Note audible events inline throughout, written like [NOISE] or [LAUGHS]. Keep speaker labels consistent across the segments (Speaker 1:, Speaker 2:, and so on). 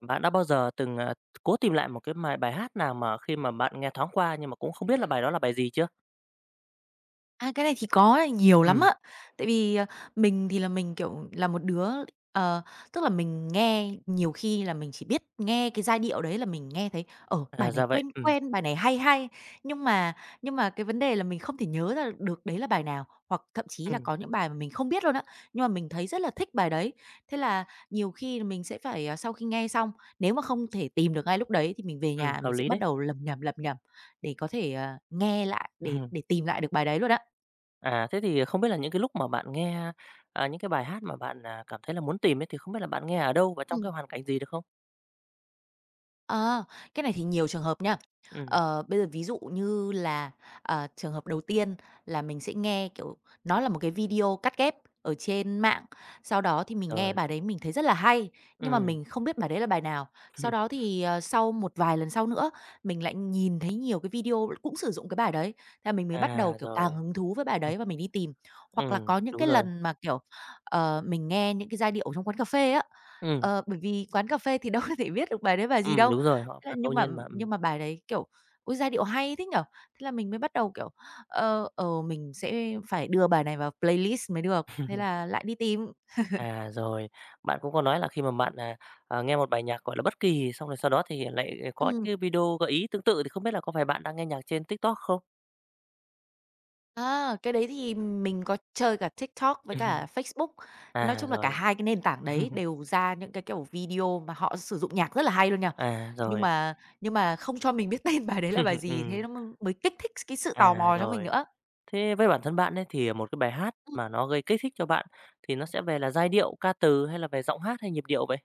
Speaker 1: Bạn đã bao giờ từng, cố tìm lại một cái bài bài hát nào mà khi mà bạn nghe thoáng qua nhưng mà cũng không biết là bài đó là bài gì chưa?
Speaker 2: A, cái này thì có, nhiều lắm
Speaker 1: Ừm,
Speaker 2: á. Tại vì, mình thì là mình, kiểu, là một đứa ờ, tức là mình nghe nhiều khi là mình chỉ biết nghe cái giai điệu đấy là mình nghe thấy, ở bài
Speaker 1: à,
Speaker 2: này
Speaker 1: ra vậy.
Speaker 2: quen quen, bài này hay hay, nhưng mà nhưng mà cái vấn đề là mình không thể nhớ ra được đấy là bài nào, hoặc thậm chí là
Speaker 1: Ừm,
Speaker 2: có những bài mà mình không biết luôn á, nhưng mà mình thấy rất là thích bài đấy. Thế là nhiều khi là mình sẽ phải, à, sau khi nghe xong, nếu mà không thể tìm được ngay lúc đấy thì mình về nhà
Speaker 1: hợp
Speaker 2: mình sẽ
Speaker 1: lý
Speaker 2: bắt
Speaker 1: đấy.
Speaker 2: đầu lầm nhầm để có thể, nghe lại, để
Speaker 1: [LAUGHS]
Speaker 2: để tìm lại được bài đấy luôn á.
Speaker 1: À, thế thì không biết là những cái lúc mà bạn nghe, à, những cái bài hát mà bạn, à, cảm thấy là muốn tìm ấy, thì không biết là bạn nghe ở đâu và trong
Speaker 2: Ừ.
Speaker 1: cái hoàn cảnh gì được không?
Speaker 2: Ờ, cái này thì nhiều trường hợp nha.
Speaker 1: Ừm,
Speaker 2: Bây giờ ví dụ như là, trường hợp đầu tiên là mình sẽ nghe, kiểu, nó là một cái video cắt ghép ở trên mạng, sau đó thì mình nghe
Speaker 1: rồi,
Speaker 2: bài đấy mình thấy rất là hay, nhưng mà
Speaker 1: ừm,
Speaker 2: mình không biết bài đấy là bài nào. Sau đó
Speaker 1: [LAUGHS]
Speaker 2: thì, sau một vài lần sau nữa, mình lại nhìn thấy nhiều cái video cũng sử dụng cái bài đấy, thế là mình mới bắt đầu,
Speaker 1: à,
Speaker 2: kiểu, càng
Speaker 1: rồi,
Speaker 2: hứng thú với bài đấy và mình đi tìm. Hoặc là có những
Speaker 1: đúng
Speaker 2: cái
Speaker 1: rồi,
Speaker 2: lần mà, kiểu, mình nghe những cái giai điệu trong quán cà phê á,
Speaker 1: ừm,
Speaker 2: bởi vì quán cà phê thì [LAUGHS] đâu có thể biết được bài đấy bài gì đâu.
Speaker 1: đúng rồi, họ
Speaker 2: Thế là
Speaker 1: phát ngẫu
Speaker 2: nhưng mà
Speaker 1: nhiên mà.
Speaker 2: nhưng mà bài đấy, kiểu, ôi, giai điệu hay thế nhỉ? Thế là mình mới bắt đầu, kiểu, mình sẽ phải đưa bài này vào playlist mới được, thế là lại đi tìm.
Speaker 1: À, rồi. Bạn cũng có nói là khi mà bạn, à, nghe một bài nhạc, gọi là, bất kỳ, xong rồi sau đó thì lại có những
Speaker 2: Ừm,
Speaker 1: cái video gợi ý tương tự thì không biết là có phải bạn đang nghe nhạc trên TikTok không?
Speaker 2: cái đấy thì mình có chơi cả TikTok
Speaker 1: [LAUGHS]
Speaker 2: với
Speaker 1: Ừ.
Speaker 2: cả Facebook. Nói
Speaker 1: À,
Speaker 2: chung là cả
Speaker 1: rồi.
Speaker 2: hai cái nền tảng đấy
Speaker 1: [LAUGHS]
Speaker 2: đều ra những cái, kiểu, video mà họ sử dụng nhạc rất là hay luôn nha.
Speaker 1: À,
Speaker 2: Nhưng
Speaker 1: rồi.
Speaker 2: mà nhưng mà không cho mình biết [LAUGHS] tên bài đấy là
Speaker 1: Ừm,
Speaker 2: bài gì, thế
Speaker 1: ừm.
Speaker 2: nó mới kích thích cái sự
Speaker 1: À,
Speaker 2: tò mò cho mình
Speaker 1: rồi.
Speaker 2: nữa.
Speaker 1: Thế với bản thân bạn ấy thì một cái bài hát mà nó gây kích thích cho bạn thì nó sẽ về là giai điệu, ca từ hay là về giọng hát hay nhịp điệu vậy?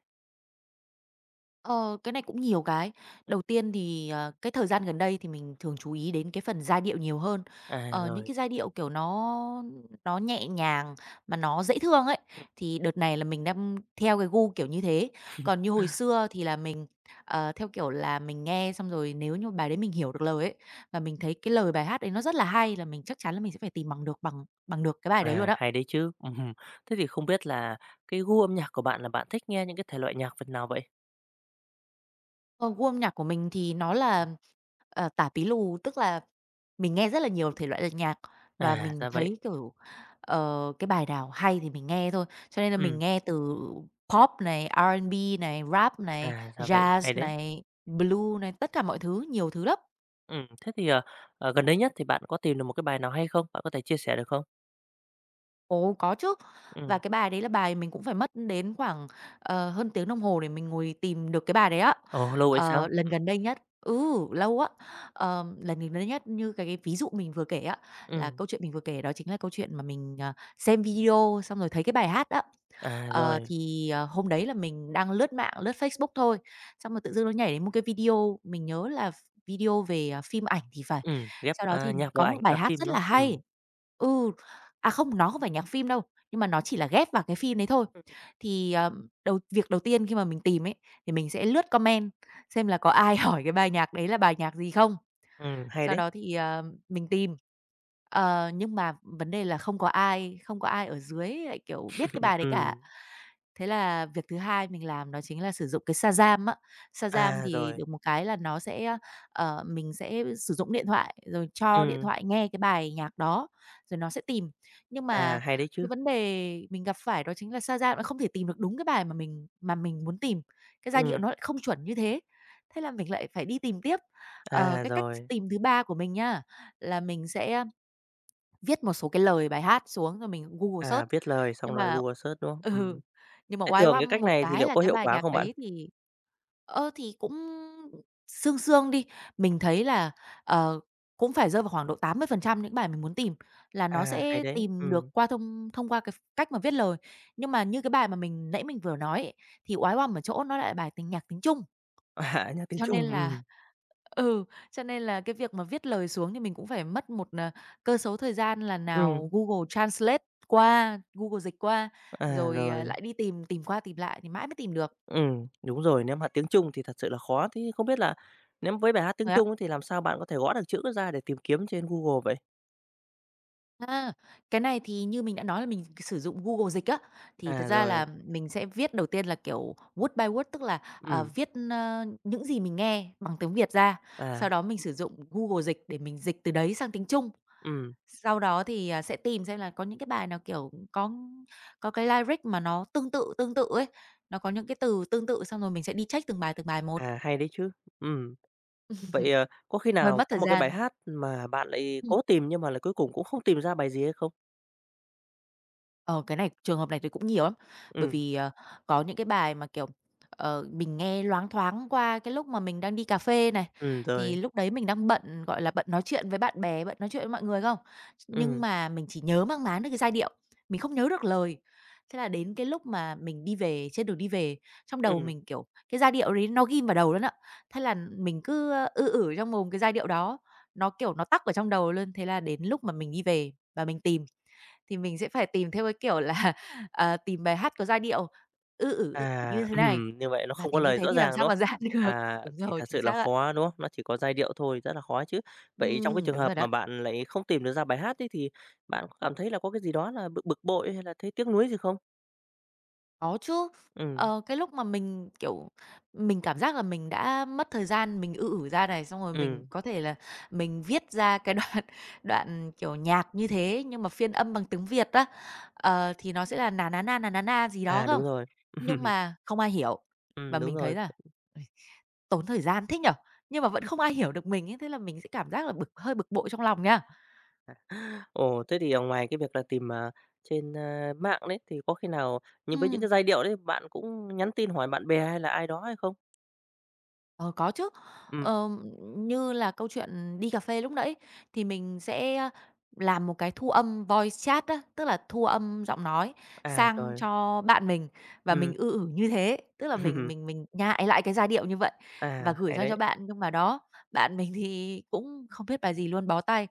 Speaker 2: Ờ, cái này cũng nhiều cái. Đầu tiên thì, cái thời gian gần đây thì mình thường chú ý đến cái phần giai điệu nhiều hơn.
Speaker 1: À,
Speaker 2: Những
Speaker 1: rồi.
Speaker 2: cái giai điệu, kiểu, nó nhẹ nhàng mà nó dễ thương ấy,
Speaker 1: Ừm.
Speaker 2: thì đợt này là mình đang theo cái gu kiểu như thế. Còn như hồi xưa thì là mình, theo kiểu là mình nghe xong rồi nếu như bài đấy mình hiểu được lời ấy, và mình thấy cái lời bài hát đấy nó rất là hay là mình chắc chắn là mình sẽ phải tìm bằng được bằng bằng được cái bài đấy luôn
Speaker 1: À,
Speaker 2: á.
Speaker 1: hay đấy chứ. [LAUGHS] Ừm. Thế thì không biết là cái gu âm nhạc của bạn là bạn thích nghe những cái thể loại nhạc phần nào vậy?
Speaker 2: Ờ, gu âm nhạc của mình thì nó là tả pí lù, tức là mình nghe rất là nhiều thể loại lật nhạc và
Speaker 1: À,
Speaker 2: mình
Speaker 1: ra vậy.
Speaker 2: thấy, kiểu, cái bài nào hay thì mình nghe thôi. Cho nên là mình
Speaker 1: Ừm.
Speaker 2: nghe từ Pop này, R&B này, Rap này,
Speaker 1: À, ra vậy, hay
Speaker 2: Jazz
Speaker 1: đấy.
Speaker 2: này, blue này, tất cả mọi thứ, nhiều thứ lắm.
Speaker 1: Thế thì, gần đây nhất thì bạn có tìm được một cái bài nào hay không? Bạn có thể chia sẻ được không?
Speaker 2: Ồ, có chứ. Và
Speaker 1: Ừ,
Speaker 2: cái bài đấy là bài mình cũng phải mất đến khoảng, hơn tiếng đồng hồ để mình ngồi tìm được cái bài đấy á.
Speaker 1: ồ, lâu vậy sao?
Speaker 2: Lần
Speaker 1: Ừ,
Speaker 2: gần đây nhất, ừ, lâu á. Lần gần đây nhất như cái ví dụ mình vừa kể á, là
Speaker 1: ừm.
Speaker 2: câu chuyện mình vừa kể đó chính là câu chuyện mà mình, xem video xong rồi thấy cái bài hát á.
Speaker 1: À, rồi,
Speaker 2: Hôm đấy là mình đang lướt mạng, lướt Facebook thôi, xong rồi tự dưng nó nhảy đến một cái video, mình nhớ là video về, phim ảnh thì phải.
Speaker 1: ừ, ghép,
Speaker 2: Sau đó
Speaker 1: a,
Speaker 2: thì
Speaker 1: nhạc
Speaker 2: có
Speaker 1: vào
Speaker 2: một
Speaker 1: ảnh
Speaker 2: bài
Speaker 1: à,
Speaker 2: hát
Speaker 1: phim,
Speaker 2: rất
Speaker 1: đúng
Speaker 2: là hay,
Speaker 1: ừ,
Speaker 2: ừ, không, nó không phải nhạc phim đâu, nhưng mà nó chỉ là ghép vào cái phim đấy thôi.
Speaker 1: ừ,
Speaker 2: Thì, việc đầu tiên khi mà mình tìm ấy, thì mình sẽ lướt comment xem là có ai [LAUGHS] hỏi cái bài nhạc đấy là bài nhạc gì không.
Speaker 1: hay
Speaker 2: Sau
Speaker 1: đấy.
Speaker 2: đó thì, mình tìm. Nhưng mà vấn đề là không có ai ở dưới lại, kiểu, biết cái bài đấy cả.
Speaker 1: Ừ,
Speaker 2: Thế là việc thứ hai mình làm đó chính là sử dụng cái Shazam á. Shazam
Speaker 1: à,
Speaker 2: thì
Speaker 1: rồi,
Speaker 2: được một cái là nó sẽ, mình sẽ sử dụng điện thoại, rồi cho điện
Speaker 1: ừ,
Speaker 2: thoại nghe cái bài nhạc đó, rồi nó sẽ tìm. Nhưng mà
Speaker 1: à, hay đấy
Speaker 2: cái
Speaker 1: chứ.
Speaker 2: vấn đề mình gặp phải đó chính là Shazam nó không thể tìm được đúng cái bài mà mình muốn tìm, cái giai điệu
Speaker 1: Ừ,
Speaker 2: nó lại không chuẩn như thế, thế là mình lại phải đi tìm tiếp.
Speaker 1: à,
Speaker 2: Cái cách
Speaker 1: rồi,
Speaker 2: tìm thứ ba của mình nhá, là mình sẽ viết một số cái lời bài hát xuống rồi mình Google
Speaker 1: à,
Speaker 2: search.
Speaker 1: viết lời
Speaker 2: Nhưng
Speaker 1: xong rồi
Speaker 2: mà
Speaker 1: Google Search, đúng không?
Speaker 2: [LAUGHS] ừ,
Speaker 1: Ừm.
Speaker 2: nhưng mà
Speaker 1: Thế
Speaker 2: oái
Speaker 1: thường cái
Speaker 2: oăm
Speaker 1: cách
Speaker 2: một
Speaker 1: này thì
Speaker 2: cái
Speaker 1: liệu
Speaker 2: là
Speaker 1: có
Speaker 2: cái
Speaker 1: hiệu
Speaker 2: bài
Speaker 1: quả
Speaker 2: nhạc
Speaker 1: không bạn?
Speaker 2: đấy thì thì cũng sương sương đi, mình thấy là, ờ, cũng phải rơi vào khoảng độ 80% những bài mình muốn tìm là nó
Speaker 1: À, hay
Speaker 2: sẽ
Speaker 1: đấy,
Speaker 2: tìm được
Speaker 1: ừ,
Speaker 2: qua thông thông qua cái cách mà viết lời. Nhưng mà như cái bài mà mình nãy mình vừa nói ấy, thì oái oăm ở chỗ nó lại bài tình nhạc tiếng Trung.
Speaker 1: [LAUGHS] à, nhạc tiếng
Speaker 2: Cho nên
Speaker 1: Trung,
Speaker 2: là
Speaker 1: ừ,
Speaker 2: [LAUGHS] ừ, cho nên là cái việc mà viết lời xuống thì mình cũng phải mất một, cơ số thời gian là
Speaker 1: ừ,
Speaker 2: nào Google Translate qua, Google dịch qua,
Speaker 1: à,
Speaker 2: rồi,
Speaker 1: rồi.
Speaker 2: lại đi tìm, tìm qua tìm lại thì mãi mới tìm được.
Speaker 1: Đúng rồi, nếu mà tiếng Trung thì thật sự là khó. Thế không biết là nếu với bài hát tiếng
Speaker 2: Rồi á,
Speaker 1: Trung ấy thì làm sao bạn có thể gõ được chữ ra để tìm kiếm trên Google vậy?
Speaker 2: a, cái này thì như mình đã nói là mình sử dụng Google Dịch á, thì thật
Speaker 1: À,
Speaker 2: ra
Speaker 1: rồi,
Speaker 2: là mình sẽ viết đầu tiên là, kiểu, word by word, tức là,
Speaker 1: ừm,
Speaker 2: viết, những gì mình nghe bằng tiếng Việt ra,
Speaker 1: à,
Speaker 2: sau đó mình sử dụng Google Dịch để mình dịch từ đấy sang tiếng Trung.
Speaker 1: ừm,
Speaker 2: Sau đó thì, sẽ tìm xem là có những cái bài nào, kiểu, có cái lyric mà nó tương tự ấy, nó có những cái từ tương tự xong rồi mình sẽ đi check từng bài một,
Speaker 1: à, hay đấy chứ. Ừm, vậy, có khi
Speaker 2: hơi
Speaker 1: nào
Speaker 2: mất
Speaker 1: có
Speaker 2: thời
Speaker 1: một cái bài
Speaker 2: gian.
Speaker 1: hát mà bạn lại cố tìm nhưng mà là cuối cùng cũng không tìm ra bài gì hay không?
Speaker 2: Ờ, cái này trường hợp này thì cũng nhiều lắm, bởi
Speaker 1: Ừm,
Speaker 2: vì, có những cái bài mà, kiểu, mình nghe loáng thoáng qua cái lúc mà mình đang đi cà phê này, thì
Speaker 1: rồi,
Speaker 2: lúc đấy mình đang bận, gọi là, bận nói chuyện với bạn bè, bận nói chuyện với mọi người không? Nhưng
Speaker 1: ừm,
Speaker 2: mà mình chỉ nhớ mang máng được cái giai điệu, mình không nhớ được lời. Thế là đến cái lúc mà mình đi về, trên đường đi về, trong đầu
Speaker 1: ừm.
Speaker 2: mình, kiểu, cái giai điệu đấy nó ghim vào đầu luôn á, thế là mình cứ ư ử trong mồm cái giai điệu đó, nó, kiểu, nó tắc ở trong đầu luôn. Thế là đến lúc mà mình đi về và mình tìm thì mình sẽ phải tìm theo cái kiểu là, [LAUGHS] tìm bài hát có giai điệu "ư ử, ử" như
Speaker 1: À,
Speaker 2: thế này,
Speaker 1: như vậy nó
Speaker 2: và
Speaker 1: không có
Speaker 2: tìm như
Speaker 1: lời
Speaker 2: thế
Speaker 1: rõ
Speaker 2: thì làm
Speaker 1: ràng,
Speaker 2: sao
Speaker 1: đúng
Speaker 2: mà
Speaker 1: không?
Speaker 2: ra [LAUGHS] được.
Speaker 1: À,
Speaker 2: Đúng
Speaker 1: thì
Speaker 2: rồi,
Speaker 1: thật
Speaker 2: chính
Speaker 1: sự là
Speaker 2: xác ạ.
Speaker 1: khó, đúng không? Nó chỉ có giai điệu thôi, rất là khó chứ. Vậy trong cái
Speaker 2: Ừm.
Speaker 1: trường
Speaker 2: Đúng
Speaker 1: hợp
Speaker 2: rồi đó.
Speaker 1: mà bạn lại không tìm được ra bài hát ấy thì bạn có cảm thấy là có cái gì đó là bực bực bội hay là thấy tiếc nuối gì không?
Speaker 2: Có chứ.
Speaker 1: Ừm,
Speaker 2: Cái lúc mà mình, kiểu, mình cảm giác là mình đã mất thời gian mình "ư ử" ra này, xong rồi mình
Speaker 1: ừm,
Speaker 2: có thể là mình viết ra cái đoạn [LAUGHS] đoạn, kiểu, nhạc như thế nhưng mà phiên âm bằng tiếng Việt á, thì nó sẽ là nà ná na" gì đó
Speaker 1: à,
Speaker 2: không?
Speaker 1: đúng rồi.
Speaker 2: Nhưng
Speaker 1: [LAUGHS]
Speaker 2: mà không ai hiểu và
Speaker 1: Đúng
Speaker 2: mình thấy
Speaker 1: rồi.
Speaker 2: là tốn thời gian thế nhỉ? Nhưng mà vẫn không ai hiểu được mình ấy, thế là mình sẽ cảm giác là bực hơi bực bội trong lòng nha.
Speaker 1: Ồ, thế thì, ngoài cái việc là tìm, à, trên, a, mạng đấy, thì có khi nào nhưng với những
Speaker 2: Ừm.
Speaker 1: cái giai điệu đấy bạn cũng nhắn tin hỏi bạn bè hay là ai đó hay không?
Speaker 2: Ờ, có chứ.
Speaker 1: Ừm,
Speaker 2: Ờm, như là câu chuyện đi cà phê lúc nãy thì mình sẽ làm một cái thu âm voice chat á, tức là thu âm giọng nói
Speaker 1: à,
Speaker 2: sang
Speaker 1: rồi,
Speaker 2: cho bạn mình và mình
Speaker 1: ừm,
Speaker 2: ư ử như thế, tức là mình mình
Speaker 1: [LAUGHS]
Speaker 2: mình nhại lại cái giai điệu như vậy và
Speaker 1: à,
Speaker 2: gửi
Speaker 1: hay
Speaker 2: sang
Speaker 1: đấy.
Speaker 2: cho bạn. Nhưng mà đó, bạn mình thì cũng không biết bài gì luôn, bó tay.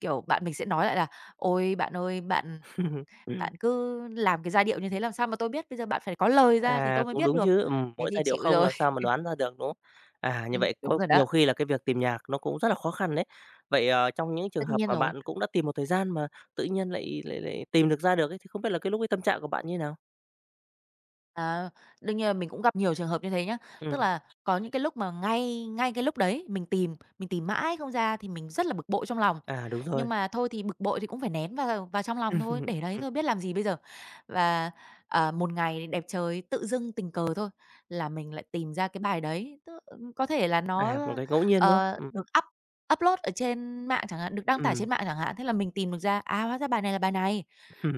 Speaker 2: Kiểu, bạn mình sẽ nói lại là "Ôi, bạn ơi, bạn
Speaker 1: [LAUGHS]
Speaker 2: bạn cứ làm cái giai điệu như thế làm sao mà tôi biết, bây giờ bạn phải có lời ra thì
Speaker 1: À,
Speaker 2: tôi mới
Speaker 1: cũng
Speaker 2: biết
Speaker 1: đúng
Speaker 2: được."
Speaker 1: chứ,
Speaker 2: Thế
Speaker 1: mỗi
Speaker 2: thì
Speaker 1: giai điệu
Speaker 2: chịu
Speaker 1: không
Speaker 2: rồi.
Speaker 1: làm sao mà đoán ra được, đúng không? À, như vậy
Speaker 2: Đúng
Speaker 1: có
Speaker 2: rồi đó,
Speaker 1: nhiều khi là cái việc tìm nhạc nó cũng rất là khó khăn đấy. Vậy, trong những trường
Speaker 2: tất
Speaker 1: hợp
Speaker 2: nhiên
Speaker 1: mà
Speaker 2: rồi.
Speaker 1: bạn cũng đã tìm một thời gian mà tự nhiên lại lại lại tìm được ra được ấy, thì không biết là cái lúc ấy tâm trạng của bạn như thế nào?
Speaker 2: À, đương nhiên là mình cũng gặp nhiều trường hợp như thế nhá. Tức
Speaker 1: Ừm,
Speaker 2: là có những cái lúc mà ngay ngay cái lúc đấy mình tìm mãi không ra thì mình rất là bực bội trong lòng.
Speaker 1: à, đúng
Speaker 2: Nhưng
Speaker 1: rồi.
Speaker 2: mà thôi thì bực bội thì cũng phải nén vào vào trong lòng thôi,
Speaker 1: [LAUGHS]
Speaker 2: để đấy thôi
Speaker 1: Ừm,
Speaker 2: biết làm gì bây giờ. Và, một ngày đẹp trời tự dưng tình cờ thôi là mình lại tìm ra cái bài đấy, tức có thể là nó,
Speaker 1: à, một cái ngẫu nhiên, đúng không?
Speaker 2: được upload ở trên mạng chẳng hạn, được đăng
Speaker 1: Ừm,
Speaker 2: tải trên mạng chẳng hạn, thế là mình tìm được ra, à, hóa ra bài này là bài này.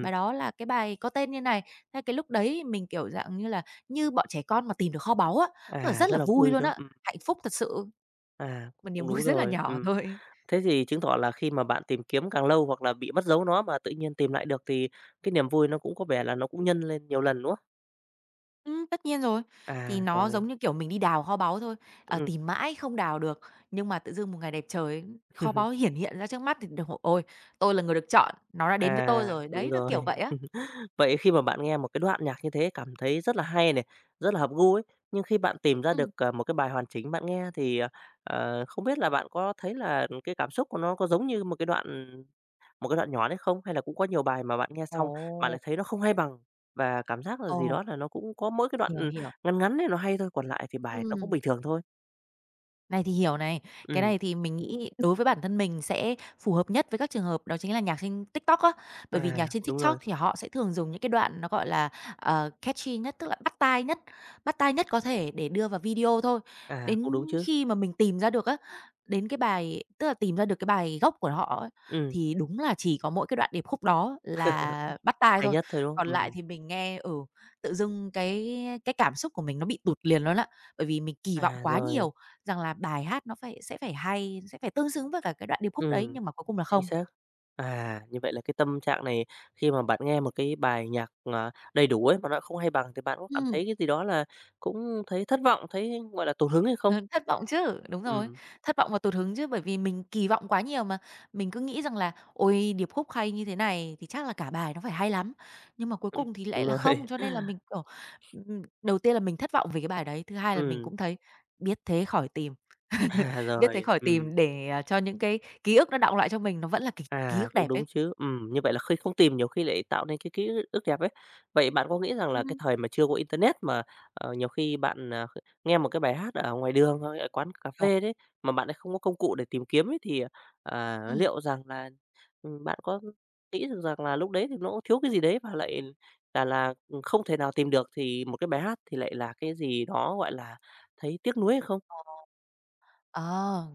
Speaker 2: Bài đó là cái bài có tên như này. Thế cái lúc đấy mình, kiểu, dạng như là, như bọn trẻ con mà tìm được kho báu á, tức là
Speaker 1: à,
Speaker 2: rất
Speaker 1: rất
Speaker 2: là
Speaker 1: là
Speaker 2: vui
Speaker 1: vui,
Speaker 2: luôn
Speaker 1: đúng
Speaker 2: á,
Speaker 1: không?
Speaker 2: hạnh phúc thật sự,
Speaker 1: À,
Speaker 2: một niềm
Speaker 1: cũng
Speaker 2: vui [LAUGHS]
Speaker 1: đúng
Speaker 2: rất là
Speaker 1: rồi,
Speaker 2: nhỏ
Speaker 1: ừm.
Speaker 2: thôi.
Speaker 1: Thế thì chứng tỏ là khi mà bạn tìm kiếm càng lâu hoặc là bị mất dấu nó mà tự nhiên tìm lại được thì cái niềm vui nó cũng có vẻ là nó cũng nhân lên nhiều lần, đúng?
Speaker 2: Tất nhiên rồi. Thì
Speaker 1: À,
Speaker 2: nó giống
Speaker 1: rồi.
Speaker 2: như, kiểu, mình đi đào kho báu thôi, ờ,
Speaker 1: Ừm.
Speaker 2: tìm mãi không đào được, nhưng mà tự dưng một ngày đẹp trời, kho báu
Speaker 1: [LAUGHS]
Speaker 2: hiển hiện ra trước mắt thì được ôi, tôi là người được chọn, nó đã đến với tôi
Speaker 1: À,
Speaker 2: rồi.
Speaker 1: đúng
Speaker 2: Đấy, nó
Speaker 1: rồi.
Speaker 2: kiểu vậy á.
Speaker 1: [LAUGHS] Vậy khi mà bạn nghe một cái đoạn nhạc như thế cảm thấy rất là hay này, rất là hợp gu ấy, nhưng khi bạn tìm ra
Speaker 2: Ừm.
Speaker 1: được, một cái bài hoàn chỉnh bạn nghe thì, không biết là bạn có thấy là cái cảm xúc của nó có giống như một cái đoạn nhỏ đấy không? Hay là cũng có nhiều bài mà bạn nghe xong bạn
Speaker 2: Ồ,
Speaker 1: lại thấy nó không hay bằng và cảm giác là gì
Speaker 2: ồ,
Speaker 1: đó là nó cũng có mỗi cái đoạn,
Speaker 2: hiểu,
Speaker 1: ừ,
Speaker 2: hiểu.
Speaker 1: ngắn ngắn ấy nó hay thôi, còn lại thì bài nó cũng
Speaker 2: Ừm.
Speaker 1: bình thường thôi?
Speaker 2: Này thì hiểu này, cái
Speaker 1: Ừm,
Speaker 2: này thì mình nghĩ đối với bản thân mình sẽ phù hợp nhất với các trường hợp đó chính là nhạc trên TikTok á. Bởi vì
Speaker 1: à,
Speaker 2: nhạc trên
Speaker 1: đúng
Speaker 2: TikTok
Speaker 1: rồi,
Speaker 2: thì họ sẽ thường dùng những cái đoạn nó, gọi là, catchy nhất, tức là bắt tai nhất có thể để đưa vào video thôi.
Speaker 1: à, cũng
Speaker 2: Đến
Speaker 1: đúng chứ.
Speaker 2: khi mà mình tìm ra được á, đến cái bài tức là tìm ra được cái bài gốc của họ á,
Speaker 1: Ừm,
Speaker 2: thì đúng là chỉ có mỗi cái đoạn điệp khúc đó là bắt tai
Speaker 1: hay
Speaker 2: thôi.
Speaker 1: nhất thôi, đúng không?
Speaker 2: Còn lại thì mình nghe ở tự dưng cái cảm xúc của mình nó bị tụt liền luôn á, bởi vì mình kỳ vọng
Speaker 1: À,
Speaker 2: quá
Speaker 1: rồi.
Speaker 2: nhiều rằng là bài hát nó phải sẽ phải hay, sẽ phải tương xứng với cả cái đoạn điệp khúc đấy,
Speaker 1: Ừm,
Speaker 2: nhưng mà cuối cùng là
Speaker 1: chính
Speaker 2: không.
Speaker 1: xác. À, như vậy là cái tâm trạng này khi mà bạn nghe một cái bài nhạc, đầy đủ ấy mà nó không hay bằng thì bạn có cảm
Speaker 2: Ừm.
Speaker 1: thấy cái gì đó là cũng thấy thất vọng, thấy, gọi là, tụt hứng hay không?
Speaker 2: Ờ, thất vọng chứ, đúng rồi,
Speaker 1: Ừm,
Speaker 2: thất vọng và tụt hứng chứ, bởi vì mình kỳ vọng quá nhiều mà. Mình cứ nghĩ rằng là "Ôi, điệp khúc hay như thế này thì chắc là cả bài nó phải hay lắm." Nhưng mà cuối
Speaker 1: ừm,
Speaker 2: cùng thì lại
Speaker 1: đúng
Speaker 2: là không,
Speaker 1: rồi.
Speaker 2: cho nên là
Speaker 1: [LAUGHS]
Speaker 2: mình, kiểu, đầu tiên là mình thất vọng về cái bài đấy, thứ hai là mình
Speaker 1: Ừm,
Speaker 2: cũng thấy biết thế khỏi tìm, [LAUGHS]
Speaker 1: à,
Speaker 2: biết thế
Speaker 1: rồi,
Speaker 2: khỏi
Speaker 1: ừm.
Speaker 2: tìm để, à, cho những cái ký ức nó đọng lại cho mình, nó vẫn là ký ký
Speaker 1: À,
Speaker 2: ức đẹp
Speaker 1: cũng
Speaker 2: ấy.
Speaker 1: đúng chứ. Như vậy là khi không tìm nhiều khi lại tạo nên cái ký ức đẹp ấy. Vậy bạn có nghĩ rằng là cái
Speaker 2: Ừm,
Speaker 1: thời mà chưa có internet mà, nhiều khi bạn, à, nghe một cái bài hát ở ngoài đường hoặc ở quán cà phê đấy, mà bạn lại không có công cụ để tìm kiếm ấy thì, à,
Speaker 2: ừm.
Speaker 1: liệu rằng là, bạn có nghĩ được rằng là lúc đấy thì nó cũng thiếu cái gì đấy và lại là, không thể nào tìm được thì một cái bài hát thì lại là cái gì đó, gọi là, thấy tiếc nuối hay không?
Speaker 2: Ờ,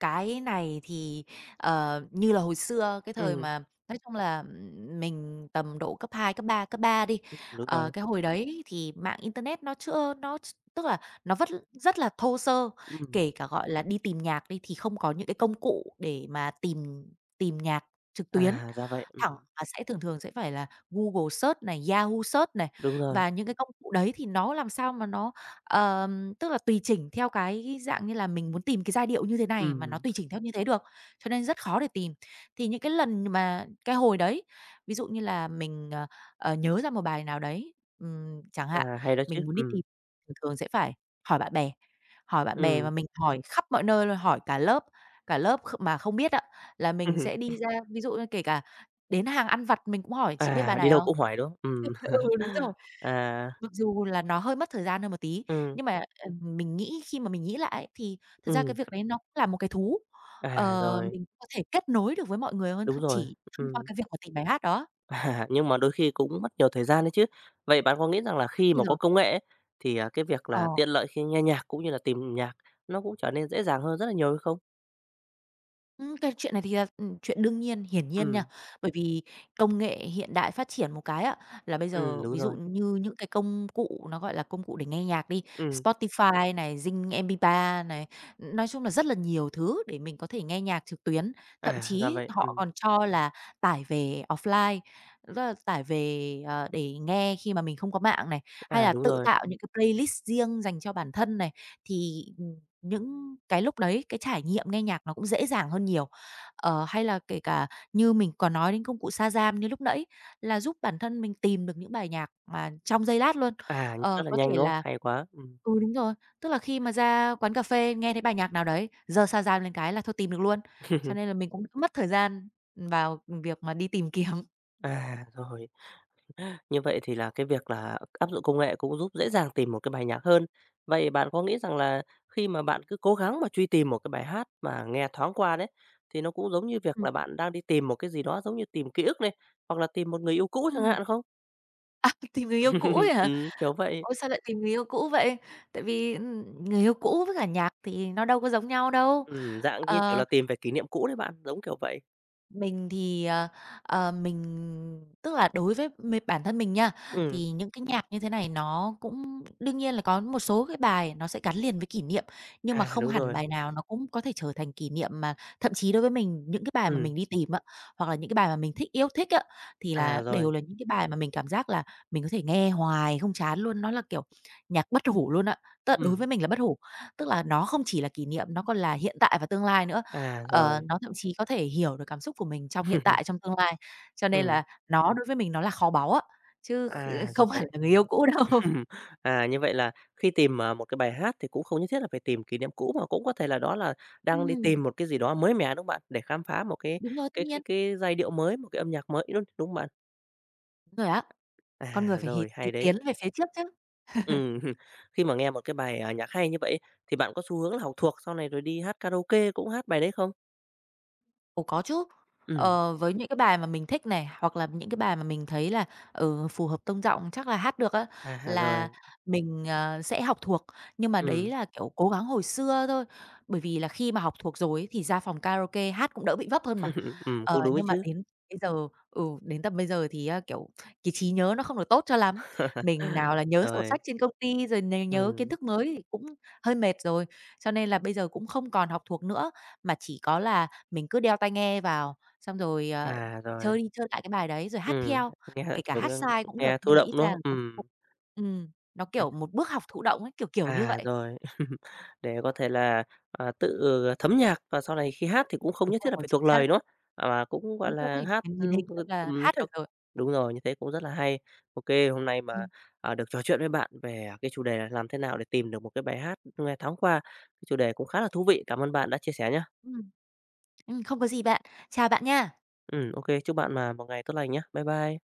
Speaker 2: cái này thì, ờ, như là hồi xưa, cái thời
Speaker 1: Ừm,
Speaker 2: mà nói chung là, mình tầm độ cấp hai cấp ba đi,
Speaker 1: đúng
Speaker 2: ờ,
Speaker 1: rồi.
Speaker 2: cái hồi đấy thì mạng internet nó chưa nó ch tức là nó vẫn rất là thô sơ,
Speaker 1: Ừm,
Speaker 2: kể cả, gọi là, đi tìm nhạc đi thì không có những cái công cụ để mà tìm tìm nhạc trực tuyến
Speaker 1: à, ra vậy.
Speaker 2: thẳng mà thường thường sẽ phải là Google Search này, Yahoo Search này.
Speaker 1: Đúng rồi.
Speaker 2: Và những cái công cụ đấy thì nó làm sao mà nó, tức là tùy chỉnh theo cái dạng như là mình muốn tìm cái giai điệu như thế này mà nó
Speaker 1: Ừm.
Speaker 2: tùy chỉnh theo như thế được, cho nên rất khó để tìm. Thì những cái lần mà cái hồi đấy, ví dụ như là mình, nhớ ra một bài nào đấy, chẳng hạn,
Speaker 1: À, hay đó chứ.
Speaker 2: mình muốn đi tìm thường thường sẽ phải hỏi bạn bè, hỏi bạn bè và
Speaker 1: Ừm.
Speaker 2: mình hỏi khắp mọi nơi luôn, hỏi cả lớp mà không biết ạ, là mình sẽ
Speaker 1: [LAUGHS]
Speaker 2: đi ra ví dụ như kể cả đến hàng ăn vặt mình cũng hỏi: "Chị biết bài
Speaker 1: À, đi
Speaker 2: này
Speaker 1: đâu
Speaker 2: không?"
Speaker 1: cũng hoài, đúng không? Ừm.
Speaker 2: [LAUGHS] Ừ, đúng rồi.
Speaker 1: [LAUGHS] À,
Speaker 2: Mặc dù là nó hơi mất thời gian hơn một tí,
Speaker 1: ừm,
Speaker 2: nhưng mà, mình nghĩ khi mà mình nghĩ lại ấy, thì thật ra cái
Speaker 1: ừm,
Speaker 2: việc đấy nó cũng là một cái thú.
Speaker 1: à,
Speaker 2: Ờ,
Speaker 1: rồi,
Speaker 2: mình có thể kết nối được với mọi người hơn
Speaker 1: đúng rồi,
Speaker 2: chỉ thông qua
Speaker 1: ừm.
Speaker 2: cái việc mà tìm bài hát đó.
Speaker 1: [LAUGHS] À, nhưng mà đôi khi cũng mất nhiều thời gian đấy chứ. Vậy bạn có nghĩ rằng là
Speaker 2: Tất
Speaker 1: khi
Speaker 2: nhiên
Speaker 1: mà có
Speaker 2: rồi.
Speaker 1: công nghệ ấy, thì, à, cái việc là
Speaker 2: Ờ.
Speaker 1: tiện lợi khi nghe nhạc cũng như là tìm nhạc nó cũng trở nên dễ dàng hơn rất là nhiều hay không?
Speaker 2: Cái chuyện này thì là, chuyện đương nhiên, hiển nhiên nha.
Speaker 1: Ừm,
Speaker 2: Bởi vì công nghệ hiện đại phát triển một cái á, là bây giờ
Speaker 1: đúng
Speaker 2: ví dụ
Speaker 1: rồi.
Speaker 2: như những cái công cụ nó, gọi là, công cụ để nghe nhạc đi,
Speaker 1: Ừm,
Speaker 2: Spotify này, Zing MP3 này, nói chung là rất là nhiều thứ để mình có thể nghe nhạc trực tuyến. Thậm
Speaker 1: à, ra
Speaker 2: chí
Speaker 1: vậy,
Speaker 2: họ còn cho là tải về offline, tức là tải về, ờ, để nghe khi mà mình không có mạng này, hay
Speaker 1: à,
Speaker 2: là
Speaker 1: đúng
Speaker 2: tự
Speaker 1: rồi.
Speaker 2: tạo những cái playlist riêng dành cho bản thân này. Thì những cái lúc đấy, cái trải nghiệm nghe nhạc nó cũng dễ dàng hơn nhiều. Ờ, hay là kể cả như mình còn nói đến công cụ Shazam như lúc nãy, là giúp bản thân mình tìm được những bài nhạc mà trong giây lát luôn.
Speaker 1: À,
Speaker 2: Ờ,
Speaker 1: rất là
Speaker 2: có
Speaker 1: nhanh,
Speaker 2: thể
Speaker 1: đúng không?
Speaker 2: là
Speaker 1: Hay quá.
Speaker 2: ừ, đúng rồi, tức là khi mà ra quán cà phê nghe thấy bài nhạc nào đấy, giờ Shazam lên cái là thôi tìm được luôn. Cho nên là
Speaker 1: [LAUGHS]
Speaker 2: mình cũng đỡ mất thời gian vào việc mà đi tìm kiếm.
Speaker 1: À, rồi. Như vậy thì là cái việc là áp dụng công nghệ cũng giúp dễ dàng tìm một cái bài nhạc hơn. Vậy bạn có nghĩ rằng là khi mà bạn cứ cố gắng mà truy tìm một cái bài hát mà nghe thoáng qua đấy, thì nó cũng giống như việc
Speaker 2: Ừm,
Speaker 1: là bạn đang đi tìm một cái gì đó giống như tìm ký ức này, hoặc là tìm một người yêu cũ chẳng
Speaker 2: ừm.
Speaker 1: hạn không?
Speaker 2: À, tìm người yêu cũ ấy
Speaker 1: [LAUGHS]
Speaker 2: hả?
Speaker 1: Kiểu vậy.
Speaker 2: Ôi, sao lại tìm người yêu cũ vậy? Tại vì, người yêu cũ với cả nhạc thì nó đâu có giống nhau đâu.
Speaker 1: Dạng như kiểu
Speaker 2: Ờ.
Speaker 1: là tìm về kỷ niệm cũ đấy bạn, giống kiểu vậy.
Speaker 2: Mình thì, mình tức là đối với bản thân mình nha,
Speaker 1: Ừm,
Speaker 2: thì những cái nhạc như thế này nó cũng đương nhiên là có một số cái bài nó sẽ gắn liền với kỷ niệm, nhưng mà
Speaker 1: à,
Speaker 2: không
Speaker 1: đúng
Speaker 2: hẳn
Speaker 1: rồi.
Speaker 2: bài nào nó cũng có thể trở thành kỷ niệm. Mà thậm chí đối với mình, những cái bài mà
Speaker 1: Ừm,
Speaker 2: mình đi tìm á, hoặc là những cái bài mà mình thích yêu thích á, thì
Speaker 1: à,
Speaker 2: là đều
Speaker 1: rồi.
Speaker 2: là những cái bài mà mình cảm giác là mình có thể nghe hoài không chán luôn. Nó là, kiểu, nhạc bất hủ luôn á, tức là đối với
Speaker 1: Ừm,
Speaker 2: mình là bất hủ, tức là nó không chỉ là kỷ niệm, nó còn là hiện tại và tương lai nữa.
Speaker 1: à,
Speaker 2: Ờ,
Speaker 1: rồi.
Speaker 2: nó thậm chí có thể hiểu được cảm xúc của mình trong hiện tại,
Speaker 1: [LAUGHS]
Speaker 2: trong tương lai, cho nên
Speaker 1: Ừm,
Speaker 2: là đối với mình nó là kho báu á, chứ kh
Speaker 1: à,
Speaker 2: [LAUGHS]
Speaker 1: ra
Speaker 2: không hẳn
Speaker 1: vậy.
Speaker 2: là người yêu cũ đâu.
Speaker 1: Ừm, à, như vậy là khi tìm, à, một cái bài hát thì cũng không nhất thiết là phải tìm kỷ niệm cũ, mà cũng có thể là đó là đang đi
Speaker 2: Ừm,
Speaker 1: tìm một cái gì đó mới mẻ, đúng không bạn? Để khám phá một cái
Speaker 2: đúng rồi, tất
Speaker 1: cái cái
Speaker 2: nhiên.
Speaker 1: cái giai điệu mới, một cái âm nhạc mới, đúng đúng không bạn?
Speaker 2: Đúng rồi á, con người
Speaker 1: À,
Speaker 2: phải hì
Speaker 1: rồi,
Speaker 2: t
Speaker 1: hay đấy.
Speaker 2: tiến về phía trước chứ.
Speaker 1: Ừm, [LAUGHS] khi mà nghe một cái bài, à, nhạc hay như vậy thì bạn có xu hướng là học thuộc sau này rồi đi hát karaoke cũng hát bài đấy không?
Speaker 2: Ồ, có chứ.
Speaker 1: Ừm,
Speaker 2: Ờ, với những cái bài mà mình thích này, hoặc là những cái bài mà mình thấy là, ừ, phù hợp tông giọng, chắc là hát được á,
Speaker 1: à,
Speaker 2: là
Speaker 1: rồi,
Speaker 2: mình, ờ, sẽ học thuộc. Nhưng mà đấy
Speaker 1: ừm,
Speaker 2: là, kiểu, cố gắng hồi xưa thôi, bởi vì là khi mà học thuộc rồi ấy thì ra phòng karaoke hát cũng đỡ bị vấp hơn mà.
Speaker 1: [LAUGHS]
Speaker 2: Ờ,
Speaker 1: cũng đúng ấy
Speaker 2: nhưng mà
Speaker 1: chứ.
Speaker 2: đến bây giờ ừ, đến tầm bây giờ thì á, kiểu, cái trí nhớ nó không được tốt cho lắm. Mình nào
Speaker 1: [LAUGHS]
Speaker 2: là nhớ sổ
Speaker 1: Rồi,
Speaker 2: sách trên công ty, rồi nhớ kiến
Speaker 1: ừm,
Speaker 2: thức mới thì cũng hơi mệt rồi, cho nên là bây giờ cũng không còn học thuộc nữa, mà chỉ có là mình cứ đeo tai nghe vào, xong rồi, ờ,
Speaker 1: à,
Speaker 2: chơi
Speaker 1: rồi,
Speaker 2: đi chơi lại cái bài đấy rồi hát
Speaker 1: ừm,
Speaker 2: theo,
Speaker 1: nghe,
Speaker 2: kể cả
Speaker 1: kiểu,
Speaker 2: hát sai cũng được,
Speaker 1: nghe
Speaker 2: nhưng
Speaker 1: thụ
Speaker 2: mà
Speaker 1: động,
Speaker 2: ít
Speaker 1: đúng
Speaker 2: ra là
Speaker 1: không?
Speaker 2: có một
Speaker 1: Ừm.
Speaker 2: nó, kiểu, một bước học thụ động ấy, kiểu như
Speaker 1: À,
Speaker 2: vậy.
Speaker 1: rồi. [LAUGHS] Để có thể là, à, tự thấm nhạc và sau này khi hát thì cũng không
Speaker 2: Đúng
Speaker 1: nhất thiết là
Speaker 2: rồi,
Speaker 1: phải
Speaker 2: chính
Speaker 1: thuộc
Speaker 2: xác,
Speaker 1: lời, nữa không? À, mà cũng, gọi
Speaker 2: đúng
Speaker 1: là,
Speaker 2: rồi, chỉ
Speaker 1: hát,
Speaker 2: cần nhìn hình thôi là hát được
Speaker 1: theo
Speaker 2: rồi.
Speaker 1: đúng rồi, như thế cũng rất là hay. Ok hôm nay mà,
Speaker 2: Ừm,
Speaker 1: à, được trò chuyện với bạn về cái chủ đề là làm thế nào để tìm được một cái bài hát nghe thoáng qua, cái chủ đề cũng khá là thú vị. Cảm ơn bạn đã chia sẻ nhá.
Speaker 2: ừm, không có gì bạn. Chào bạn nha.
Speaker 1: Ok chúc bạn mà một ngày tốt lành nhá. Bye bye.